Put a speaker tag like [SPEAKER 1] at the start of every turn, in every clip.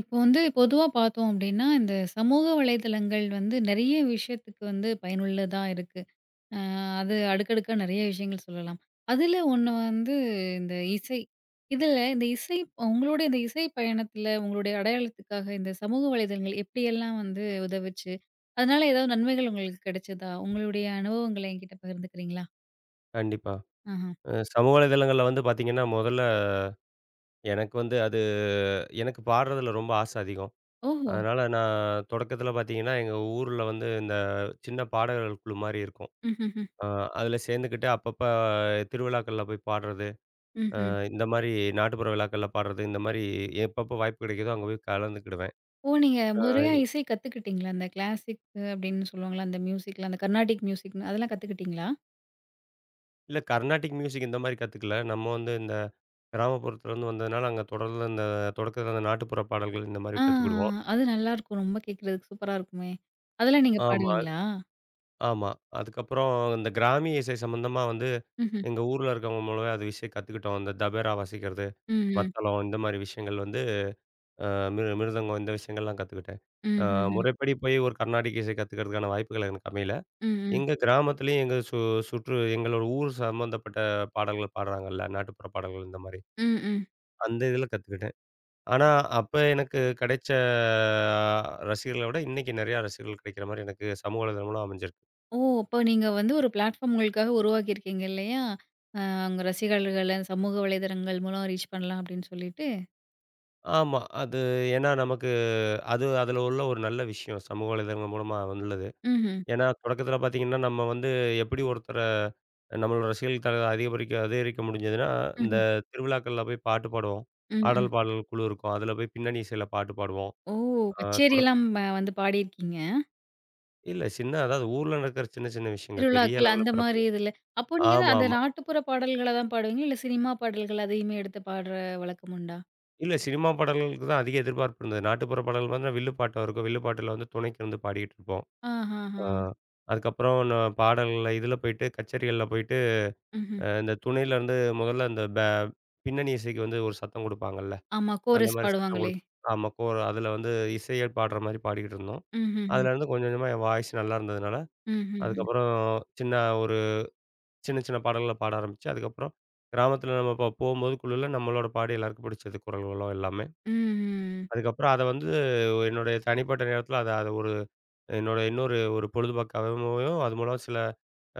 [SPEAKER 1] இப்போ வந்து பொதுவா பார்த்தோம் அப்படின்னா, இந்த சமூக வலைதளங்கள் வந்து நெறைய விஷயத்துக்கு வந்து பயனுள்ளதா இருக்கு. அ அது அடுக்கடுக்கா நெறைய விஷயங்கள் சொல்லலாம். அதுல ஒண்ணு வந்து இந்த இசை. இதுல இந்த இசை உங்களுடைய இந்த இசை பயணத்துல உங்களுடைய அடையாளத்துக்காக இந்த சமூக வலைதளங்கள் எப்படியெல்லாம் வந்து உதவுச்சு? அதனால ஏதாவது நன்மைகள் உங்களுக்கு கிடைச்சதா? உங்களுடைய அனுபவங்கள என்கிட்ட பகிர்ந்துக்கிறீங்களா?
[SPEAKER 2] கண்டிப்பா.
[SPEAKER 1] ஆஹ.
[SPEAKER 2] சமூக வலைதளங்கள்ல வந்து பார்த்தீங்கன்னா, முதல்ல எனக்கு வந்து எனக்கு பாடுறதுல ரொம்ப ஆசை அதிகம்.
[SPEAKER 1] ஓஹோ!
[SPEAKER 2] அதனால நான் தொடக்கத்தில பார்த்தீங்கன்னா, எங்க ஊர்ல வந்து இந்த சின்ன பாடகர்கள் குழு மாரி இருக்கும்.
[SPEAKER 1] ம்ஹ்ஹ்ம்.
[SPEAKER 2] அ அதில சேர்ந்துக்கிட்டு அப்பப்ப திருவிழாக்கள்ல போய் பாடுறது, அ
[SPEAKER 1] ம்ஹ்ம்.
[SPEAKER 2] இந்த மாரி நாட்டுப்புற விழாக்கள்ல பாடுறது, இந்த மாரி எப்பப்போ வாய்ப்பு கிடைக்குதோ அங்க போய் கலந்துக்கிடுவேன்.
[SPEAKER 1] ஓ! நீங்க
[SPEAKER 2] அ
[SPEAKER 1] முறையா இசை கத்துக்கிட்டீங்களா? அந்த கிளாசிக் அப்படின்னு சொல்லுவாங்கல்ல, அந்த மியூசிக்ல அந்த கர்நாடிக் மியூசிக்ன்னு அதெல்லாம் கத்துக்கிட்டீங்களா?
[SPEAKER 2] இல்ல, கர்நாடிக் மியூசிக் இந்த மாரி கத்துக்கல. நம்ம வந்து இந்த கிராமப்புறத்துலேருந்து வந்ததுனால, அங்க தொடர்ந்து இந்த தொடக்கத்தில அந்த நாட்டுப்புற பாடல்கள் இந்த மாரி
[SPEAKER 1] ஆ,
[SPEAKER 2] கத்துக்கிடுவோம்.
[SPEAKER 1] அது நல்லாருக்கும். ரொம்ப கேட்கறதுக்கு சூப்பரா இருக்குமே! அதெல்லாம் நீங்க
[SPEAKER 2] ஆமா.
[SPEAKER 1] பாடுவீங்களா?
[SPEAKER 2] ஆமா. அதுக்கப்புறம் இந்த கிராமிய இசை சம்மந்தமா வந்து,
[SPEAKER 1] ம்ஹ்ம்.
[SPEAKER 2] எங்க ஊர்ல இருக்கவங்க மூலமே அது விஷயம் கத்துக்கிட்டோம். இந்த தபேரா வாசிக்கிறது,
[SPEAKER 1] ம்ஹ்ம்.
[SPEAKER 2] மத்தளம் இந்த மாரி விஷயங்கள் வந்து அ மிரு மிருதங்கம் இந்த விஷயங்கள்லாம் கத்துக்கிட்டேன். அ
[SPEAKER 1] ம்ஹ்ஹ்ம்.
[SPEAKER 2] முறைப்படி போய் ஒரு கர்நாடிக் இசை கத்துக்கிறதுக்கான வாய்ப்புகள் எனக்கு அமையல.
[SPEAKER 1] ம், ம்.
[SPEAKER 2] எங்க கிராமத்திலயும் எங்க சுற்று எங்களோட ஊர் சம்மந்தப்பட்ட பாடல்கள் பாடுறாங்கல்ல, நாட்டுப்புற பாடல்கள் இந்த மாரி.
[SPEAKER 1] ம், ம்.
[SPEAKER 2] அந்த இதில கத்துக்கிட்டேன். ஆனா, அப்ப எனக்கு கிடைச்ச அ ரசிகர்கள விட இன்னைக்கு நெறையா ரசிகர்கள் கிடைக்கிற மாரி எனக்கு சமூக வலைதளம் மூலம் அமைஞ்சிருக்கு.
[SPEAKER 1] ஓ! அப்ப நீங்க வந்து ஒரு பிளாட்ஃபார்ம் உங்களுக்காக உருவாக்கியிருக்கீங்க இல்லையா? அ உங்க ரசிகர்கள சமூக வலைதளங்கள் மூலம் ரீச் பண்ணலாம் அப்படின்னு சொல்லிட்டு.
[SPEAKER 2] ஆமா. அது ஏன்னா, நமக்கு அது அதில உள்ள ஒரு நல்ல விஷயம். சமூக வலைதளங்கள் மூலமா வந்துள்ளது.
[SPEAKER 1] ம்ஹ்ம்.
[SPEAKER 2] ஏன்னா, தொடக்கத்தில பார்த்தீங்கன்னா, நம்ம வந்து எப்படி ஒருத்தர நம்மளோட ரசிகர்கள் தல அதிகரிக்க முடிஞ்சதுன்னா, இந்த
[SPEAKER 1] ம்ஹ்ம்.
[SPEAKER 2] திருவிழாக்கள்ல போய் பாட்டு பாடுவோம்.
[SPEAKER 1] ம், ம்.
[SPEAKER 2] ஆடல், பாடல் குழு இருக்கும். அதில போய் பின்னணி இசையில பாட்டு பாடுவோம்.
[SPEAKER 1] ஓ!
[SPEAKER 2] ஆ தொடக்
[SPEAKER 1] கச்சேரியெல்லாம் வந்து பாடியிருக்கீங்க.
[SPEAKER 2] இல்ல, சின்ன, அதாவது ஊர்ல நடக்கிற சின்ன, சின்ன விஷயங்கள். பெரிய
[SPEAKER 1] திருவிழாக்கள்
[SPEAKER 2] அளவுல
[SPEAKER 1] அந்த மாரி
[SPEAKER 2] பரப்புல
[SPEAKER 1] இதுல. அப்போ நீங்க தான் அந்த
[SPEAKER 2] ஆமாமா.
[SPEAKER 1] நாட்டுப்புற பாடல்கள தான் பாடுவீங்களா? இல்ல சினிமா பாடல்கள் அதையுமே எடுத்து பாடுற வழக்கம் உண்டா?
[SPEAKER 2] இல்ல, சினிமா பாடல்களுக்கு தான் அதிக எதிர்பார்ப்பு இருந்தது. நாட்டுப்புற பாடல் வந்து வில்லு பாட்டா இருக்கும். வில்லு பாட்டுல வந்து துணைக்கு இருந்து பாடிக்கிட்டு இருப்போம்.
[SPEAKER 1] ஆஹஹா.
[SPEAKER 2] ஆ அதுக்கப்புறம் பாடல்கள்ல இதில போயிட்டு, கச்சேரிகள்ல போயிட்டு
[SPEAKER 1] ம்ஹ்ம்.
[SPEAKER 2] இந்த துணையிலருந்து முதல்ல அந்த பே பின்னணி இசைக்கு வந்து ஒரு சத்தம் குடுப்பாங்கல்ல.
[SPEAKER 1] ஆமா.
[SPEAKER 2] அந்த
[SPEAKER 1] கோரஸ்
[SPEAKER 2] மாரி சத்தம்
[SPEAKER 1] பாடுவாங்களே.
[SPEAKER 2] ஆமா. அதில வந்து இசையே பாடுற மாரி பாடிக்கிட்டு இருந்தோம்.
[SPEAKER 1] ம்ஹ்ஹ்ம்.
[SPEAKER 2] அதுலருந்து கொஞ்சம் கொஞ்சமா என் வாய்ஸ் நல்லா இருந்ததுனால,
[SPEAKER 1] ம்ஹ்ஹ்ம்.
[SPEAKER 2] அதுக்கப்புறம் சின்ன ஒரு சின்ன சின்ன பாடல்கள பாட ஆரம்பிச்சு, அதுக்கப்புறம் கிராமத்தில நம்ம போம்போது குழுல நம்மளோட பாடி எல்லாருக்கும் பிடிச்சது, குரல்களும் எல்லாமே.
[SPEAKER 1] ம்ஹ்ம்.
[SPEAKER 2] அதுக்கப்புறம் அத வந்து என்னுடைய தனிப்பட்ட நேரத்தில அத அத ஒரு என்னோட இன்னொரு ஒரு பொழுதுபோக்காகவும் அது மூலம் சில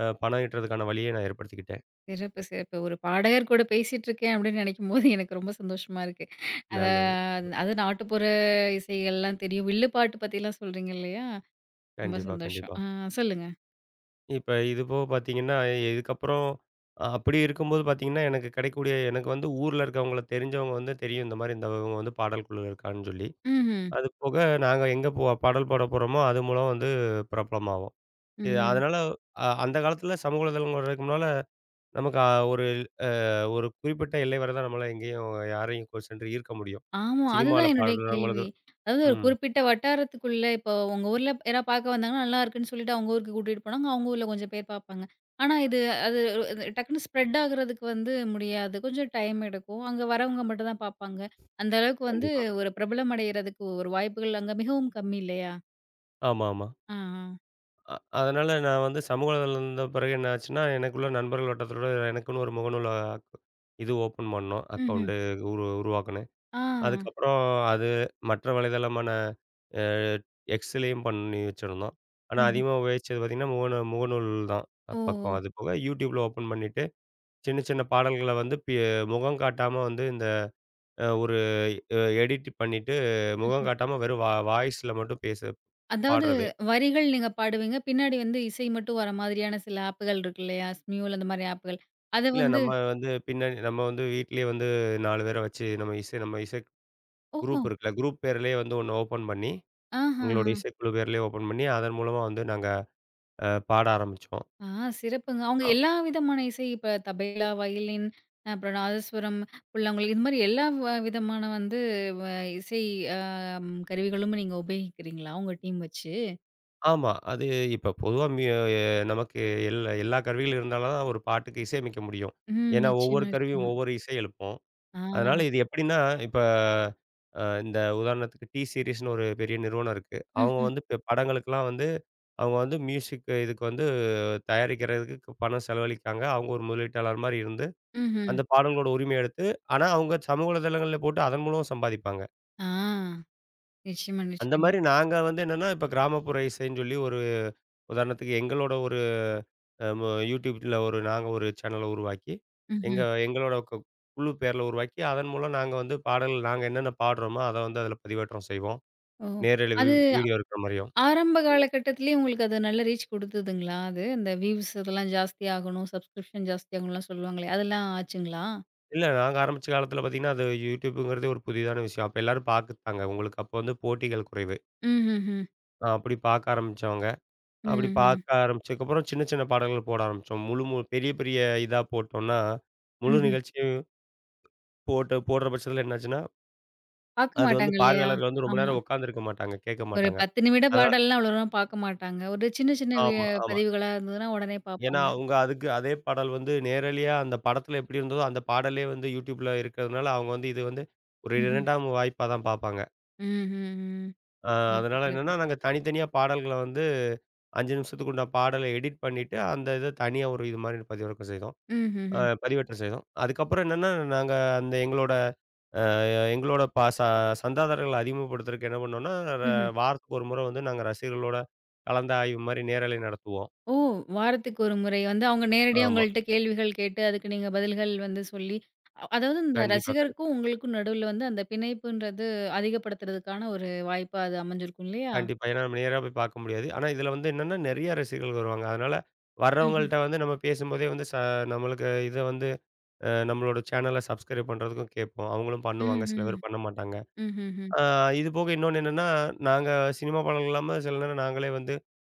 [SPEAKER 2] பணம் ஈட்டுறதுக்கான வழிய நான் ஏற்படுத்திக்கிட்டேன்.
[SPEAKER 1] சிறப்பு, சிறப்பு. ஒரு பாடகர் கூட பேசிட்டு இருக்கேன் அப்படின்னு நெனைக்கும்போது எனக்கு ரொம்ப சந்தோஷமா இருக்கு. அதா
[SPEAKER 2] நல்லது.
[SPEAKER 1] அது நாட்டுப்புற இசைகள்லாம் தெரியும். வில்லுப்பாட்டு பத்திலாம் சொல்றீங்க இல்லையா? ரொம்ப
[SPEAKER 2] கண்டிப்பா,
[SPEAKER 1] சந்தோஷம்.
[SPEAKER 2] கண்டிப்பா.
[SPEAKER 1] ஆ சொல்லுங்க.
[SPEAKER 2] இப்ப இது போக பார்த்தீங்கன்னா, இதுக்கப்புறம் அப்படி இருக்கும்போது பார்த்தீங்கன்னா, எனக்கு கிடைக்கக்கூடிய எனக்கு வந்து ஊர்ல இருக்கவங்கள தெரிஞ்சவங்க வந்து தெரியும். இந்த மாரி இந்த இவங்க வந்து பாடல் குழுல இருக்கான்னு சொல்லி.
[SPEAKER 1] ம்ஹ்ம்.
[SPEAKER 2] அது போக நாங்க எங்க பாடல் பாட போறோமோ, அது மூலம் வந்து பிரபலமாவோம்.
[SPEAKER 1] ம்.
[SPEAKER 2] அதனால அந்த காலத்தில சமூக வலைதளங்கள் வர்றதுக்கு முன்னால நமக்கு அ ஒரு ஒரு குறிப்பிட்ட எல்லை வரை தான் நம்மளால எங்கேயும் யாரையும் சென்று ஈர்க்க முடியும்.
[SPEAKER 1] ஆமா.
[SPEAKER 2] சினிமால
[SPEAKER 1] அதுதான் என்னுடைய
[SPEAKER 2] பாடுறவங்களுக்கு
[SPEAKER 1] கேள்வி. அதாவது ஒரு
[SPEAKER 2] ம்.
[SPEAKER 1] குறிப்பிட்ட வட்டாரத்துக்குள்ள இப்போ உங்க ஊர்ல யாராவது பார்க்க வந்தாங்கன்னா, நல்லா இருக்குன்னு சொல்லிட்டு அவங்க ஊருக்கு கூட்டிட்டு போனாங்க. அவங்க ஊர்ல கொஞ்சம் பேர் பார்ப்பாங்க. ஆனா இது அது ஒரு- அது டக்குன்னு ஸ்ப்ரெட் ஆகுறதுக்கு வந்து முடியாது. கொஞ்சம் டைம் எடுக்கும். அங்க வரவங்க மட்டும் தான் பார்ப்பாங்க. அந்த அளவுக்கு வந்து
[SPEAKER 2] கண்டிப்பா.
[SPEAKER 1] ஒரு பிரபலம் அடையறதுக்கு ஒரு வாய்ப்புகள் அங்க மிகவும் கம்மி இல்லையா?
[SPEAKER 2] ஆமாமா.
[SPEAKER 1] ஆ, ஆ.
[SPEAKER 2] அ அதனால நான் வந்து சமூக வலைதளம் வந்த பிறகு என்ன ஆச்சுன்னா, எனக்குள்ள நண்பர்கள் வட்டத்தோட எனக்குன்னு ஒரு முகநூல் இது ஓப்பன் பண்ணோம்.
[SPEAKER 1] ம்ஹ்ம்.
[SPEAKER 2] அக்கவுண்ட் உருவாக்குனேன்.
[SPEAKER 1] ஆ.
[SPEAKER 2] அதுக்கப்புறம் அது மற்ற வலைதளமான அ எக்ஸ்லயும் பண்ணி வச்சிருந்தோம். ஆனா
[SPEAKER 1] ம்ஹ்ம்.
[SPEAKER 2] அதிகமா உபயோகிச்சது பார்த்தீங்கன்னா, முகநூல் தான்
[SPEAKER 1] ஓ!
[SPEAKER 2] பக்கம். அது போக யூடியூப்ல ஓப்பன் பண்ணிட்டு, சின்ன சின்ன பாடல்கள வந்து முகம் காட்டாம வந்து இந்த அ ஒரு எடிட் பண்ணிட்டு, முகம் காட்டாம வெறும் வாய்ஸ்ல மட்டும் பேச
[SPEAKER 1] அதாவது
[SPEAKER 2] பாடுறது.
[SPEAKER 1] வரிகள் நீங்க பாடுவீங்க. பின்னாடி வந்து இசை மட்டும் வர மாதிரியான சில ஆப்புகள் இருக்கு இல்லையா? ஸ்மியூல் அந்த மாரி ஆப்புகள். அத
[SPEAKER 2] இல்ல,
[SPEAKER 1] வந்து
[SPEAKER 2] நம்ம வந்து பின்னாடி நம்ம வந்து வீட்லயே வந்து 4 பேர வச்சு நம்ம இசை
[SPEAKER 1] ஓ!
[SPEAKER 2] குரூப் இருக்குல்ல. குரூப் பேர்லயே வந்து ஒண்ணு ஓப்பன் பண்ணி,
[SPEAKER 1] ஆஹா!
[SPEAKER 2] எங்களோட இசைக்குழு பேர்லயே ஓப்பன் பண்ணி, அதன் மூலமா வந்து நாங்க பாட ஆரம்பிச்சோம்.
[SPEAKER 1] ஆ சிறப்புங்க. அவங்க
[SPEAKER 2] அ
[SPEAKER 1] எல்லா விதமான இசை இப்ப தபேலா, வயலின், அப்புறம் நாதஸ்வரம், புல்லாங்குழல் இது மாரி எல்லா விதமான வந்து வ இசை அ கருவிகளும் நீங்க உபயோகிக்கிறீங்களா? உங்க டீம் வச்சு?
[SPEAKER 2] ஆமா. அது இப்ப பொதுவா நமக்கு எல்லா கருவிகளும் இருந்தாலும் தான் ஒரு பாட்டுக்கு இசையமைக்க முடியும்.
[SPEAKER 1] ம்.
[SPEAKER 2] ஏன்னா, ஒவ்வொரு
[SPEAKER 1] நிச்சயமா,
[SPEAKER 2] கருவியும்
[SPEAKER 1] நிச்சயமா.
[SPEAKER 2] ஒவ்வொரு இசை எழுப்பும்.
[SPEAKER 1] ஆ.
[SPEAKER 2] அதனால இது எப்படின்னா, இப்ப இந்த உதாரணத்துக்கு டி சீரிஸ்ன்னு ஒரு பெரிய நிறுவனம் இருக்கு. அவங்க
[SPEAKER 1] ம்ஹ்ம்.
[SPEAKER 2] வந்து இப்ப படங்களுக்கெல்லாம் வந்து அவங்க வந்து மியூசிக் இதுக்கு வந்து தயாரிக்கிறதுக்கு பணம் செலவழிக்கிறாங்க. அவங்க ஒரு முதலீட்டாளர் மாரி இருந்து,
[SPEAKER 1] ம்ஹ்ம்.
[SPEAKER 2] அந்த பாடல்களோட உரிமைய எடுத்து, ஆனா அவங்க சமூக வலைதளங்கள்ல போட்டு அதன் மூலம் சம்பாதிப்பாங்க.
[SPEAKER 1] ஆ. நிச்சயமா,
[SPEAKER 2] அந்த
[SPEAKER 1] நிச்சயமா.
[SPEAKER 2] மாரி நாங்க வந்து என்னன்னா, இப்ப கிராமப்புற இசைன்னு சொல்லி ஒரு உதாரணத்துக்கு எங்களோட ஒரு அ மு YouTubeல ஒரு நாங்க ஒரு சேனல உருவாக்கி, எங்க
[SPEAKER 1] ம்ஹ்ம்.
[SPEAKER 2] எங்களோட குழு பேர்ல உருவாக்கி, அதன் மூலம் நாங்க வந்து பாடல் நாங்க என்னென்ன பாடுறோமோ, அத வந்து அதில பதிவேற்றம் செய்வோம்.
[SPEAKER 1] ஓ!
[SPEAKER 2] நேரலை வீ
[SPEAKER 1] அது
[SPEAKER 2] வீடியோ இருக்கிற மாரியும்.
[SPEAKER 1] ஆரம்ப காலகட்டத்திலேயே உங்களுக்கு அது நல்ல ரீச் குடுத்ததுங்களா அது? அந்த வியூஸ் இதெல்லாம் ஜாஸ்தி ஆகணும், சப்ஸ்கிரிப்ஷன் ஜாஸ்தி ஆகணும்லாம் சொல்லுவாங்களே! அதெல்லாம் ஆச்சுங்களா?
[SPEAKER 2] இல்ல, நாங்க ஆரம்பிச்ச காலத்தில பார்த்தீங்கன்னா, அது YouTubeங்கிறதே ஒரு புதிதான விஷயம். அப்ப எல்லாரும் பார்த்துப்பாங்க. உங்களுக்கு அப்போ வந்து போட்டிகள் குறைவு.
[SPEAKER 1] ம்ஹ்ஹ்ம்.
[SPEAKER 2] அப்படி பார்க்க ஆரம்பிச்சவங்க. அப்படி
[SPEAKER 1] ம்ஹ்ம்.
[SPEAKER 2] பார்க்க ஆரம்பிச்சதுக்கப்புறம் சின்ன சின்ன பாடல்கள் போட ஆரம்பிச்சோம். முழு மு பெரிய பெரிய இதா போட்டோம்னா, முழு
[SPEAKER 1] ம்ஹ்ம்.
[SPEAKER 2] நிகழ்ச்சியும் போட்டு போடுற பட்சத்தில என்னாச்சுன்னா,
[SPEAKER 1] பார்க்க
[SPEAKER 2] அது வந்து
[SPEAKER 1] மாட்டாங்க இல்லையா?
[SPEAKER 2] பார்வையாளர்கள் வந்து ரொம்ப
[SPEAKER 1] ஆமா.
[SPEAKER 2] நேரம் உட்காந்துருக்க மாட்டாங்க, கேட்க
[SPEAKER 1] ஒரு
[SPEAKER 2] மாட்டாங்க.
[SPEAKER 1] 10 நிமிட
[SPEAKER 2] அதனால
[SPEAKER 1] பாடல்னா அவ்வளோ தூரம் பார்க்க மாட்டாங்க. ஒரு சின்ன சின்ன
[SPEAKER 2] ஆமா, ஆமா.
[SPEAKER 1] பதிவுகளா இருந்ததுன்னா உடனே
[SPEAKER 2] ஏன்னா
[SPEAKER 1] பார்ப்பாங்க.
[SPEAKER 2] அவங்க அதுக்கு அதே பாடல் வந்து நேரலையா அந்த படத்தில எப்படி இருந்ததோ, அந்த பாடலே வந்து YouTubeல இருக்கிறதுனால, அவங்க வந்து இது வந்து ஒரு
[SPEAKER 1] ம்ஹ்ம்.
[SPEAKER 2] 2ஆம் வாய்ப்பா தான் பார்ப்பாங்க.
[SPEAKER 1] ம்ஹ்ம்.
[SPEAKER 2] அ
[SPEAKER 1] சிறப்பு,
[SPEAKER 2] அதனால
[SPEAKER 1] சிறப்பு.
[SPEAKER 2] என்னன்னா, நாங்க தனித்தனியா பாடல்கள வந்து 5 நிமிஷத்துக்கு உண்டான பாடல எடிட் பண்ணிட்டு, அந்த இத தனியா ஒரு இது மாரி பதிவிறக்கம் செய்தோம்.
[SPEAKER 1] ம்ஹ்ஹ்ம்.
[SPEAKER 2] பதிவேற்றம் செய்தோம். அதுக்கப்புறம் என்னன்னா, நாங்க அந்த எங்களோட அ எங்களோட ப ச சந்தாதாரர்கள அதிகமப்படுத்துறதுக்கு என்ன பண்ணோம்னா, ர
[SPEAKER 1] ம்ஹ்ம்.
[SPEAKER 2] வாரத்துக்கு ஒரு முறை வந்து நாங்க ரசிகர்களோட கலந்தாய்வு மாரி நேரலை நடத்துவோம்.
[SPEAKER 1] ஓ! வாரத்துக்கு ஒரு முறை வந்து அவங்க நேரடியா
[SPEAKER 2] ஆமா.
[SPEAKER 1] உங்கள்ட்ட கேள்விகள் கேட்டு, அதுக்கு நீங்க பதில்கள் வந்து சொல்லி, அதாவது இந்த
[SPEAKER 2] கண்டிப்பா, கண்டிப்பா.
[SPEAKER 1] ரசிகருக்கும் உங்களுக்கும் நடுவுல வந்து அந்த பிணைப்புன்றது அதிகப்படுத்துறதுக்கான ஒரு வாய்ப்பா அது அமைஞ்சிருக்கும் இல்லையா?
[SPEAKER 2] கண்டிப்பா. ஏன்னா, நம்ம நேரா போய் பார்க்க முடியாது. ஆனா இதுல வந்து என்னன்னா, நெறைய ரசிகர்கள் வருவாங்க. அதனால
[SPEAKER 1] ம்ஹ்ம்.
[SPEAKER 2] வர்றவங்கள்ட்ட வந்து நம்ம பேசும்போதே வந்து நம்மளுக்கு இத வந்து நம்மளோட சேனல சப்ஸ்கிரைப் பண்றதுக்கும் கேட்போம். அவங்களும் பண்ணுவாங்க. சில
[SPEAKER 1] ம்ஹ்ம்.
[SPEAKER 2] பேர் பண்ண மாட்டாங்க.
[SPEAKER 1] ம்ஹ்ஹ்ம்.
[SPEAKER 2] ஆ இது போக இன்னொன்னு என்னன்னா, நாங்க சினிமா பாடல்கள் இல்லாம சில நேரம் நாங்களே வந்து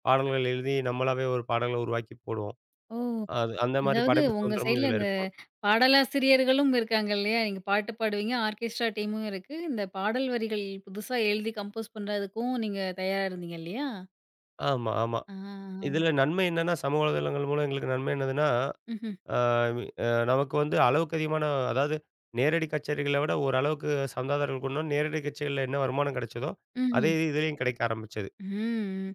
[SPEAKER 2] பாடல்கள் எழுதி நம்மளாவே ஒரு பாடல்கள உருவாக்கி போடுவோம்.
[SPEAKER 1] ஓ!
[SPEAKER 2] அது அந்த மாரி
[SPEAKER 1] அதாவது
[SPEAKER 2] படைப்பு
[SPEAKER 1] உங்க
[SPEAKER 2] சுதந்திரமும்
[SPEAKER 1] சைட்ல
[SPEAKER 2] இதுல
[SPEAKER 1] இந்த
[SPEAKER 2] இருக்கும்.
[SPEAKER 1] பாடலாசிரியர்களும் இருக்காங்க இல்லையா? நீங்க பாட்டு பாடுவீங்க. ஆர்கெஸ்ட்ரா டீமும் இருக்கு. இந்த பாடல் வரிகள் புதுசா எழுதி கம்போஸ் பண்றதுக்கும் நீங்க தயாரா இருந்தீங்க இல்லையா?
[SPEAKER 2] ஆமா, ஆமா.
[SPEAKER 1] ஆ.
[SPEAKER 2] இதுல நன்மை என்னன்னா, சமூக வலைதளங்கள் மூலம் எங்களுக்கு நன்மை என்னதுன்னா,
[SPEAKER 1] ம்ஹ்ம்.
[SPEAKER 2] ஆ அ நமக்கு வந்து அளவுக்கு அதிகமான, அதாவது நேரடி கச்சேரிகள விட ஓரளவுக்கு சந்தாதாரர்கள் கூடுனோன நேரடி கச்சேரிகள்ல என்ன வருமானம் கிடைச்சதோ, அதே
[SPEAKER 1] ம்ஹ்ம்.
[SPEAKER 2] இது இதுலயும் கிடைக்க ஆரம்பிச்சது.
[SPEAKER 1] ம்.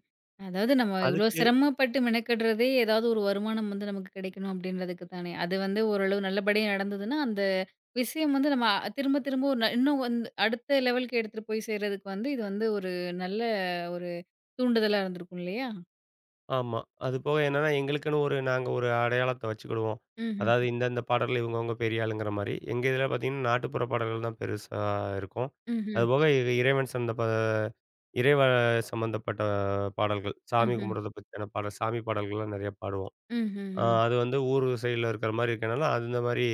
[SPEAKER 1] அதாவது நம்ம இவ்ளோ
[SPEAKER 2] அதுக்கு
[SPEAKER 1] சிரமப்பட்டு மெனக்கெடுறதே ஏதாவது ஒரு வருமானம் வந்து நமக்கு கிடைக்கணும் அப்படின்றதுக்கு தானே. அது வந்து ஓரளவு நல்லபடியா நடந்ததுன்னா, அந்த விஷயம் வந்து நம்ம திரும்ப திரும்ப ஒரு இன்னும் வந்து அடுத்த லெவலுக்கு எடுத்துட்டு போய் சேர்றதுக்கு வந்து இது வந்து ஒரு நல்ல ஒரு தூண்டுதலா இருந்திருக்கும் இல்லையா?
[SPEAKER 2] ஆமா. அதுபோக என்னன்னா, எங்களுக்குன்னு ஒரு நாங்க ஒரு அடையாளத்த வச்சுக்கிடுவோம்.
[SPEAKER 1] ம்ஹ்ம்.
[SPEAKER 2] அதாவது இந்த இந்த பாடல்கள்ல இவங்கவங்க பெரிய ஆளுங்கிற மாரி. எங்க இதில பார்த்தீங்கன்னா, நாட்டுப்புற பாடல்கள் தான் பெருசா இருக்கும்.
[SPEAKER 1] ம்ஹ்ம்.
[SPEAKER 2] அதுபோக இ இறைவன் சந்த ப இறைவ சம்மந்தப்பட்ட பாடல்கள். சாமி
[SPEAKER 1] ம்ஹ்ம்.
[SPEAKER 2] கும்பிடுறத பத்தியான பாடல், சாமி பாடல்கள்லாம் நெறைய பாடுவோம்.
[SPEAKER 1] ம்ஹ்ம்.
[SPEAKER 2] அது வந்து ஊர் சைடுல இருக்கிற மாரி இருக்கனால, அந்த மாரி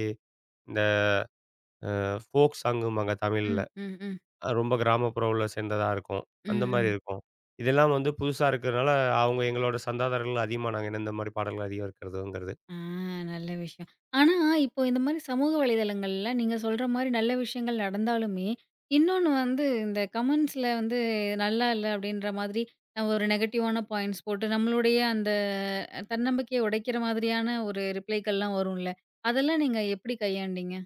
[SPEAKER 2] இந்த ஃபோக் சாங்கும்பாங்க தமிழ்ல.
[SPEAKER 1] ம், ம், ம்.
[SPEAKER 2] ரொம்ப கிராமப்புற உள்ள சேர்ந்ததா இருக்கும். அந்த
[SPEAKER 1] ம்,
[SPEAKER 2] மாரி
[SPEAKER 1] ம்.
[SPEAKER 2] இருக்கும். இதெல்லாம் வந்து புதுசா இருக்கிறனால, அவங்க எங்களோட சந்தாதாரர்கள் அதிகமா நாங்க என்ன இந்த மாரி பாடல்கள் அதிகம் இருக்கிறதுங்கிறது.
[SPEAKER 1] ஆ நல்ல விஷயம். ஆனா, இப்போ இந்த மாரி சமூக வலைதளங்கள்ல நீங்க சொல்ற மாரி நல்ல விஷயங்கள் நடந்தாலுமே, இன்னொன்னு வந்து இந்த கமெண்ட்ஸ்ல வந்து நல்லா இல்ல அப்டின்ற மாதிரி நம்ம ஒரு நெகட்டிவான பாயிண்ட்ஸ் போட்டு நம்மளுடைய அந்த தன்னம்பிக்கைய உடைக்கிற மாதிரியான ஒரு ரிப்ளைகள்லாம் வரும்ல. அதெல்லாம் நீங்க எப்படி கையாண்டீங்க?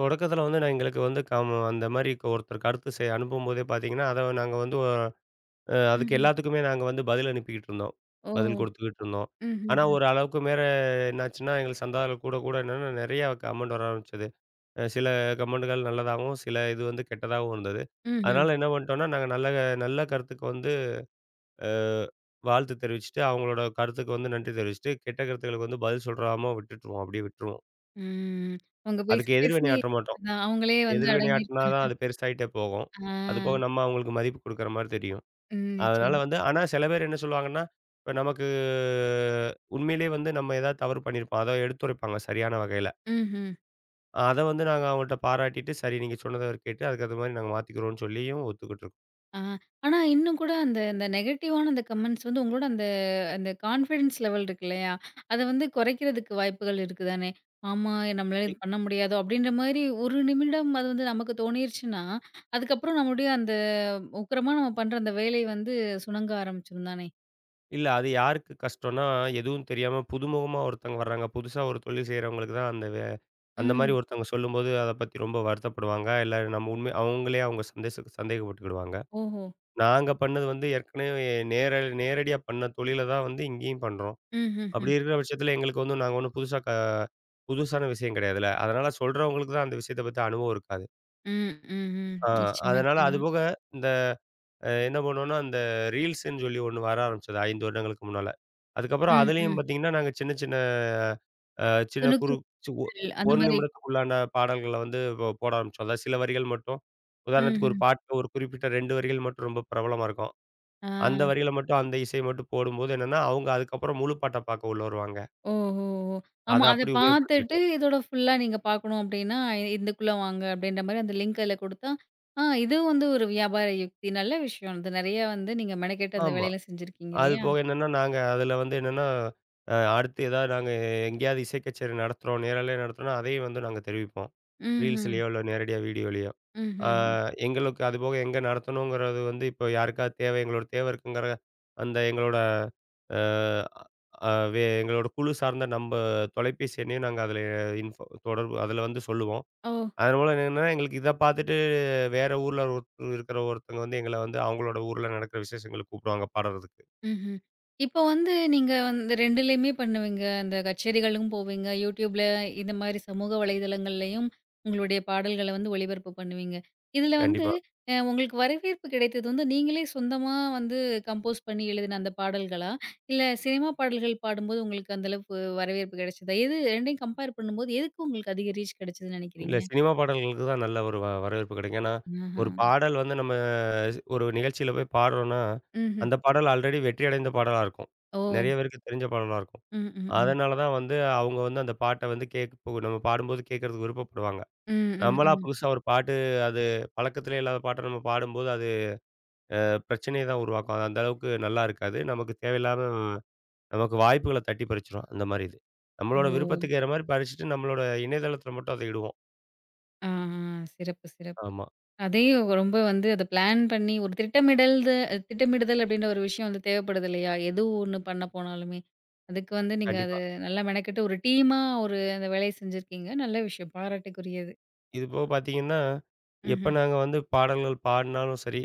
[SPEAKER 2] தொடக்கத்தில வந்து நான் எங்களுக்கு வந்து அந்த மாரி ஒருத்தர் கருத்து அனுப்பும்போதே பார்த்தீங்கன்னா, அத நாங்க வந்து ஒ அ அதுக்கு
[SPEAKER 1] ம்ஹ்ம்.
[SPEAKER 2] எல்லாத்துக்குமே நாங்க வந்து பதில் அனுப்பிக்கிட்டு இருந்தோம்.
[SPEAKER 1] ஓ!
[SPEAKER 2] பதில் குடுத்துக்கிட்டு இருந்தோம்.
[SPEAKER 1] ம்ஹ்ம்,
[SPEAKER 2] ஆனா
[SPEAKER 1] ம்.
[SPEAKER 2] ஒரு அளவுக்கு மேல என்னாச்சுன்னா, எங்களுக்கு சந்தாதாரர்கள் கூட கூட என்னன்னா நெறையா கமெண்ட் வர ஆரம்பிச்சது. சில கமெண்ட்டுகள் நல்லதாகவும், சில இது வந்து கெட்டதாகவும் இருந்தது.
[SPEAKER 1] ம்ஹ்ம்.
[SPEAKER 2] அதனால என்ன பண்ணிட்டோம்னா, நாங்க நல்ல நல்ல கருத்துக்கு வந்து அ வாழ்த்து தெரிவிச்சுட்டு, அவங்களோட கருத்துக்கு வந்து நன்றி தெரிவிச்சுட்டு, கெட்ட கருத்துக்களுக்கு வந்து பதில் சொல்றாம விட்டுட்டுருவோம். அப்படியே விட்டுருவோம்.
[SPEAKER 1] ம். ம் அவங்க பேசி
[SPEAKER 2] அதுக்கு
[SPEAKER 1] பேசி
[SPEAKER 2] எதிர்வினையாற்ற மாட்டோம்.
[SPEAKER 1] அதான் அவங்களே வந்து
[SPEAKER 2] எதிர்வினையாட்டுனா தான் அது பெருசாயிட்டே போகும்.
[SPEAKER 1] ஆ.
[SPEAKER 2] அதுபோக நம்ம அவங்களுக்கு மதிப்பு குடுக்குற மாரி தெரியும்.
[SPEAKER 1] ம்.
[SPEAKER 2] அதனால
[SPEAKER 1] நிச்சயமா.
[SPEAKER 2] வந்து, ஆனா சில பேர் என்ன சொல்லுவாங்கன்னா, இப்ப நமக்கு உண்மையிலேயே வந்து நம்ம ஏதாவது தவறு பண்ணியிருப்போம். அத எடுத்துரைப்பாங்க சரியான வகையில.
[SPEAKER 1] ம்ஹ்ம்.
[SPEAKER 2] அத வந்து நாங்க அவங்கள்ட்ட பாராட்டிட்டு, சரி நீங்க சொன்னத கேட்டு அதுக்கேத்த மாரி நாங்க மாத்திக்கிறோம்னு சொல்லியும் ஒத்துக்கிட்டுருக்கோம்.
[SPEAKER 1] ஆ, ஆனா இன்னும் கூட அந்த அந்த நெகட்டிவான அந்த கமெண்ட்ஸ் வந்து உங்களோட அந்த அந்த கான்ஃபிடன்ஸ் லெவல் இருக்கு இல்லையா? அத வந்து குறைக்கிறதுக்கு வாய்ப்புகள் இருக்கு தானே? ஆமா, நம்மளால இது பண்ண முடியாதோ! அப்படின்ற மாரி ஒரு நிமிடம் அது வந்து நமக்கு தோணிருச்சுன்னா, அதுக்கப்புறம் நம்முடைய அந்த உக்கிரமா நம்ம பண்ற அந்த வேலை வந்து சுணங்க ஆரம்பிச்சுரும் தானே?
[SPEAKER 2] இல்ல. அது யாருக்கு கஷ்டம்னா, எதுவும் தெரியாம புதுமுகமா ஒருத்தவங்க வர்றாங்க. புதுசா ஒரு தொழில் செய்றவங்களுக்கு தான் அந்த அந்த மாரி
[SPEAKER 1] ம்.
[SPEAKER 2] ஒருத்தவங்க சொல்லும்போது, அத பத்தி ரொம்ப வருத்தப்படுவாங்க. இல்ல, நம்ம உண்மை அவங்களே அவங்க சந்தேகப்பட்டுக்கிடுவாங்க.
[SPEAKER 1] ஓஹோ!
[SPEAKER 2] நாங்க பண்ணது வந்து ஏற்கனவே நேர நேரடியா பண்ண தொழில தான் வந்து இங்கேயும் பண்றோம்.
[SPEAKER 1] ம்ஹ்ஹ்ம்.
[SPEAKER 2] அப்படி இருக்கிற பட்சத்தில எங்களுக்கு வந்து நாங்க ஒண்ணும் புதுசான விஷயம் கிடையாதுல்ல. அதனால சொல்றவங்களுக்கு தான் அந்த விஷயத்த பத்தி அனுபவம் இருக்காது.
[SPEAKER 1] ம், ம், ம். ம்
[SPEAKER 2] ஆ
[SPEAKER 1] ம் நிச்சயமா,
[SPEAKER 2] அதனால
[SPEAKER 1] நிச்சயமா.
[SPEAKER 2] அதுபோக, இந்த என்ன பண்ணுவோம்னா, அந்த ரீல்ஸ்ன்னு சொல்லி ஒண்ணு வர ஆரம்பிச்சது 5 வருடங்களுக்கு முன்னால. அதுக்கப்புறம்
[SPEAKER 1] ம்,
[SPEAKER 2] அதுலயும்
[SPEAKER 1] ம்.
[SPEAKER 2] பார்த்தீங்கன்னா, நாங்க சின்ன சின்ன அ சின்ன குறு சி ஒ
[SPEAKER 1] துணுக்குகள் அந்த
[SPEAKER 2] 1
[SPEAKER 1] மாரி.
[SPEAKER 2] நிமிடத்துக்குள்ளான பாடல்கள வந்து போட ஆரம்பிச்சோம். அதாவது சில வரிகள் மட்டும், உதாரணத்துக்கு ஒரு
[SPEAKER 1] ம்ஹ்ம்.
[SPEAKER 2] பாட்டுல ஒரு குறிப்பிட்ட 2 வரிகள் மட்டும் ரொம்ப பிரபலமா இருக்கும்.
[SPEAKER 1] ஆ.
[SPEAKER 2] அந்த வரிகள மட்டும் அந்த இசைய மட்டும் போடும்போது என்னன்னா, அவங்க அதுக்கப்புறம் முழு பாட்ட பார்க்க உள்ள வருவாங்க.
[SPEAKER 1] ஓஹோ!
[SPEAKER 2] அத
[SPEAKER 1] ஆமா. அத
[SPEAKER 2] அப்படி
[SPEAKER 1] பார்த்துட்டு
[SPEAKER 2] உபயோகப்படுத்திக்கிட்டோம்.
[SPEAKER 1] இதோட ஃபுல்லா நீங்க பார்க்கணும் அப்டின்னா, இதுக்குள்ள வாங்க அப்டின்ற மாரி அந்த லிங்க் அதுல குடுத்தா, ஆ இது வந்து ஒரு வியாபார யுக்தி. நல்ல விஷயம். அது நெறைய வந்து நீங்க மெனக்கெட்டு அந்த
[SPEAKER 2] ஆமா.
[SPEAKER 1] வேலையெல்லாம் செஞ்சிருக்கீங்க
[SPEAKER 2] அது
[SPEAKER 1] இல்லையா?
[SPEAKER 2] போக என்னன்னா, நாங்க அதில வந்து என்னன்னா, அடுத்து ஏதாவது நாங்க எங்கேயாவது இசை கச்சேரி நடத்துறோம், நேரலையா நடத்துறோம்னா, அதையும் வந்து நாங்க தெரிவிப்போம்.
[SPEAKER 1] ம்ஹ்ம்.
[SPEAKER 2] ரீல்ஸ்லயோ இல்ல நேரடியா வீடியோலயோ. ஆ
[SPEAKER 1] ம்ஹ்ம்.
[SPEAKER 2] எங்களுக்கு அதுபோக எங்க நடத்தணுங்கிறது வந்து இப்போ யாருக்காவது தேவை, எங்களோட தேவை இருக்குங்கிற அந்த எங்களோட அ அ வே எங்களோட குழு சார்ந்த தொலைபேசி எண்ணையும் நாங்க அதில இன்ஃபோ தொடர்பு அதில வந்து சொல்லுவோம்.
[SPEAKER 1] ஓ!
[SPEAKER 2] அதன் மூலம் என்னன்னா, எங்களுக்கு இத பார்த்துட்டு வேற ஊர்ல ஒரு இருக்கிற ஒருத்தங்க வந்து எங்கள வந்து அவங்களோட ஊர்ல நடக்கிற விசேஷங்களுக்கு கூப்பிடுவாங்க பாடுறதுக்கு.
[SPEAKER 1] ம்ஹ்ம். இப்போ வந்து நீங்க வந்து 2லயுமே பண்ணுவீங்க. அந்த கச்சேரிகளுக்கும் போவீங்க. YouTubeல இந்த மாரி சமூக வலைதளங்கள்லயும் உங்களுடைய பாடல்கள வந்து ஒளிபரப்பு பண்ணுவீங்க. இதுல வந்து
[SPEAKER 2] கண்டிப்பா.
[SPEAKER 1] உங்களுக்கு வரவேற்பு கிடைத்தது வந்து நீங்களே சொந்தமா வந்து கம்போஸ் பண்ணி எழுதின அந்த பாடல்களா? இல்ல சினிமா பாடல்கள் பாடும்போது உங்களுக்கு அந்த அளவுக்கு வரவேற்பு கிடைச்சதா? எது 2யும் கம்பேர் பண்ணும்போது எதுக்கு உங்களுக்கு அதிக ரீச் கிடைச்சதுன்னு
[SPEAKER 2] இல்ல.
[SPEAKER 1] நினைக்கிறீங்க?
[SPEAKER 2] சினிமா பாடல்களுக்கு தான் நல்ல ஒரு வரவேற்பு கிடைக்கும். ஏன்னா,
[SPEAKER 1] ஆஹா.
[SPEAKER 2] ஒரு பாடல் வந்து நம்ம ஒரு நிகழ்ச்சியில போய் பாடுறோம்னா,
[SPEAKER 1] ம்ஹ்ம்.
[SPEAKER 2] அந்த பாடல் ஆல்ரெடி வெற்றி அடைந்த பாடலா இருக்கும்.
[SPEAKER 1] ஓ!
[SPEAKER 2] நெறைய பேருக்கு தெரிஞ்ச பாடலா இருக்கும்.
[SPEAKER 1] ம், ம், ம்.
[SPEAKER 2] அதனால தான் வந்து அவங்க வந்து அந்த பாட்ட வந்து கேட்க, நம்ம பாடும்போது கேட்கறதுக்கு விருப்பப்படுவாங்க.
[SPEAKER 1] ம், ம்,
[SPEAKER 2] நம்மளா
[SPEAKER 1] ம்.
[SPEAKER 2] புதுசா ஒரு பாட்டு, அது பழக்கத்திலே இல்லாத பாட்ட நம்ம பாடும்போது, அது பிரச்சனைய தான் உருவாக்கும். அது அந்த அளவுக்கு நல்லா இருக்காது. நமக்கு தேவையில்லாம நமக்கு வாய்ப்புகள தட்டி பறிச்சுரும். அந்த மாரி இது. நம்மளோட
[SPEAKER 1] ஓ!
[SPEAKER 2] விருப்பத்துக்கு ஏற மாரி பறிச்சுட்டு, நம்மளோட இணையதளத்தில மட்டும் அத இடுவோம்.
[SPEAKER 1] ஆ, சிறப்பு, சிறப்பு.
[SPEAKER 2] ஆமா.
[SPEAKER 1] அதையும் ரொம்ப வந்து அத பிளான் பண்ணி ஒரு திட்டமிடுதல் அப்படின்ற ஒரு விஷயம் வந்து தேவைப்படுது இல்லையா? எது ஒண்ணு பண்ண போனாலுமே. அதுக்கு வந்து நீங்க அது
[SPEAKER 2] கண்டிப்பா.
[SPEAKER 1] நல்லா மெனக்கெட்டு ஒரு டீமா ஒரு அந்த வேலைய செஞ்சிருக்கீங்க. நல்ல விஷயம். பாராட்டுக்குரியது.
[SPEAKER 2] இது போக பார்த்தீங்கன்னா, எப்ப
[SPEAKER 1] ம்ஹ்ம்.
[SPEAKER 2] நாங்க வந்து பாடல்கள் பாடுனாலும் சரி,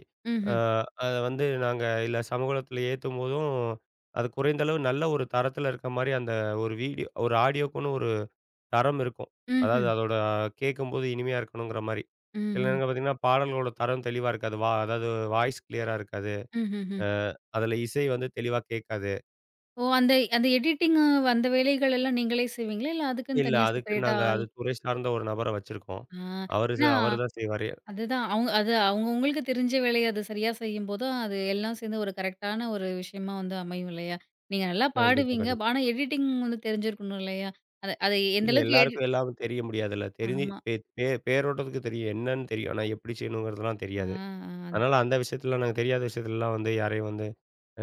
[SPEAKER 2] அ
[SPEAKER 1] ம்ஹ்ம்.
[SPEAKER 2] அத வந்து நாங்க இல்ல சமூகத்துல ஏத்தும்போதும், அது குறைந்த அளவு நல்ல ஒரு தரத்துல இருக்க மாரி அந்த ஒரு வீடியோ ஒரு ஆடியோக்குன்னு ஒரு தரம் இருக்கும். அதாவது
[SPEAKER 1] ம்ஹ்ம்.
[SPEAKER 2] அதோட கேட்கும்போது இனிமையா இருக்கணுங்கிற மாரி. சில
[SPEAKER 1] ம்ஹ்ம்.
[SPEAKER 2] நேரங்கள்ல பார்த்தீங்கன்னா, பாடல்களோட தரம் தெளிவா இருக்காது. அதாவது வாய்ஸ் கிளியரா இருக்காது.
[SPEAKER 1] ம்ஹ்ஹ்ம்.
[SPEAKER 2] அ அதுல இசை வந்து தெளிவா கேட்காது.
[SPEAKER 1] ஓ! அந்த அந்த எடிட்டிங் அந்த வேலைகள் எல்லாம் நீங்களே செய்வீங்களா? இல்ல அதுக்குன்னு
[SPEAKER 2] இல்ல,
[SPEAKER 1] தனியா
[SPEAKER 2] அதுக்கு
[SPEAKER 1] செப்பரேட்டா
[SPEAKER 2] நாங்க
[SPEAKER 1] ஆள்?
[SPEAKER 2] அது துறை சார்ந்த ஒரு நபர வச்சிருக்கோம்.
[SPEAKER 1] ஆ. ஏன்னா
[SPEAKER 2] அவரு தான் செய்வாரு.
[SPEAKER 1] அதுதான். அவங்க அது அவங்கவங்களுக்கு தெரிஞ்ச வேலைய அது சரியா செய்யும்போது, அது எல்லாம் சேர்ந்து ஒரு கரெக்ட்டான ஒரு விஷயமா வந்து அமையும் இல்லையா? நீங்க நல்லா
[SPEAKER 2] கண்டிப்பா,
[SPEAKER 1] பாடுவீங்க.
[SPEAKER 2] கண்டிப்பா.
[SPEAKER 1] ஆனா எடிட்டிங் வந்து தெரிஞ்சிருக்கணும் இல்லையா? அத அத எந்த
[SPEAKER 2] இல்ல,
[SPEAKER 1] அளவுக்கு
[SPEAKER 2] எல்லாருக்கும் எல்லாமே தெரிய முடியாதுல்ல. தெரிஞ்சு
[SPEAKER 1] ஆமா.
[SPEAKER 2] பே பே பேரோட்டத்துக்கு தெரியும். என்னன்னு தெரியும். ஆனா எப்படி செய்யணுங்கிறதெல்லாம்
[SPEAKER 1] ஆ,
[SPEAKER 2] தெரியாது.
[SPEAKER 1] ஆ.
[SPEAKER 2] அதனால அந்த விஷயத்துலலாம் நாங்க தெரியாத விஷயத்துலலாம் வந்து யாரையும் வந்து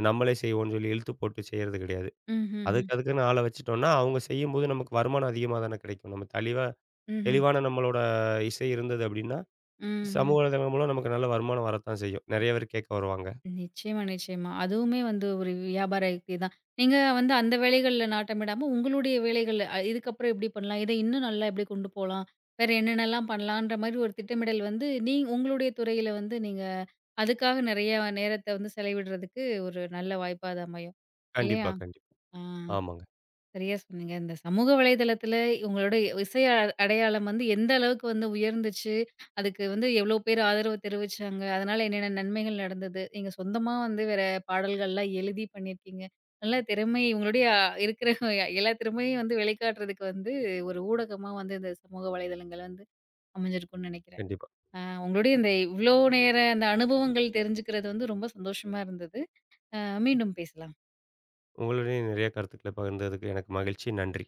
[SPEAKER 2] நம்மளே செய்வோம்ன்னு சொல்லி இழுத்து போட்டு செய்றது கிடையாது.
[SPEAKER 1] ம்ஹ்ஹ்ம்.
[SPEAKER 2] அதுக்கு அதுக்குன்னு ஆள வச்சுட்டோம்னா, அவங்க செய்யும்போது நமக்கு வருமானம் அதிகமா தானே கிடைக்கும். நம்ம தெளிவா
[SPEAKER 1] ம்ஹ்ம்.
[SPEAKER 2] தெளிவான நம்மளோட இசை இருந்தது அப்படின்னா, சமூக
[SPEAKER 1] ம்ஹ்ம்.
[SPEAKER 2] வலைதளங்கள் மூலம் நமக்கு நல்ல வருமானம் வரத்தான் செய்யும். நெறைய பேர் கேட்க வருவாங்க.
[SPEAKER 1] நிச்சயமா, நிச்சயமா. அதுவுமே வந்து ஒரு வியாபார யுக்தி தான். நீங்க வந்து அந்த வேலைகள்ல நாட்டம் இடாம, உங்களுடைய வேலைகள்ல இதுக்கப்புறம் எப்படி பண்ணலாம்? இதை இன்னும் நல்லா எப்படி கொண்டு போலாம்? வேற என்னென்னலாம் பண்ணலான்ற மாரி ஒரு திட்டமிடல் வந்து, உங்களுடைய துறையில வந்து நீங்க அதுக்காக நெறைய நேரத்த வந்து செலவிடுறதுக்கு ஒரு நல்ல வாய்ப்பா அது அமையும்.
[SPEAKER 2] கண்டிப்பா,
[SPEAKER 1] இல்லையா?
[SPEAKER 2] கண்டிப்பா.
[SPEAKER 1] ஆ.
[SPEAKER 2] ஆமாங்க.
[SPEAKER 1] சரியா சொன்னீங்க. இந்த சமூக வலைதளத்தில உங்களோட இசை அடையாளம் வந்து எந்த அளவுக்கு வந்து உயர்ந்துச்சு, அதுக்கு வந்து எவ்ளோ பேர் ஆதரவு தெரிவிச்சாங்க, அதனால என்னென்ன நன்மைகள் நடந்தது, நீங்க சொந்தமா வந்து வேற பாடல்கள்லாம் எழுதி பண்ணியிருக்கீங்க. நல்ல திறமை உங்களுடைய இருக்கிற எல்லா திறமையும் வந்து வெளிக்காட்டுறதுக்கு வந்து ஒரு ஊடகமா வந்து இந்த சமூக வலைதளங்கள் வந்து அமைஞ்சிருக்கும்னு நெனைக்கிறேன்.
[SPEAKER 2] கண்டிப்பா.
[SPEAKER 1] அ உங்களுடைய இந்த இவ்ளோ நேர அந்த அனுபவங்கள் தெரிஞ்சுக்கிறது வந்து ரொம்ப சந்தோஷமா இருந்தது. அ மீண்டும் பேசலாம்.
[SPEAKER 2] உங்களுடைய நிறைய கருத்துக்கள பகிர்ந்ததுக்கு எனக்கு மகிழ்ச்சி. நன்றி.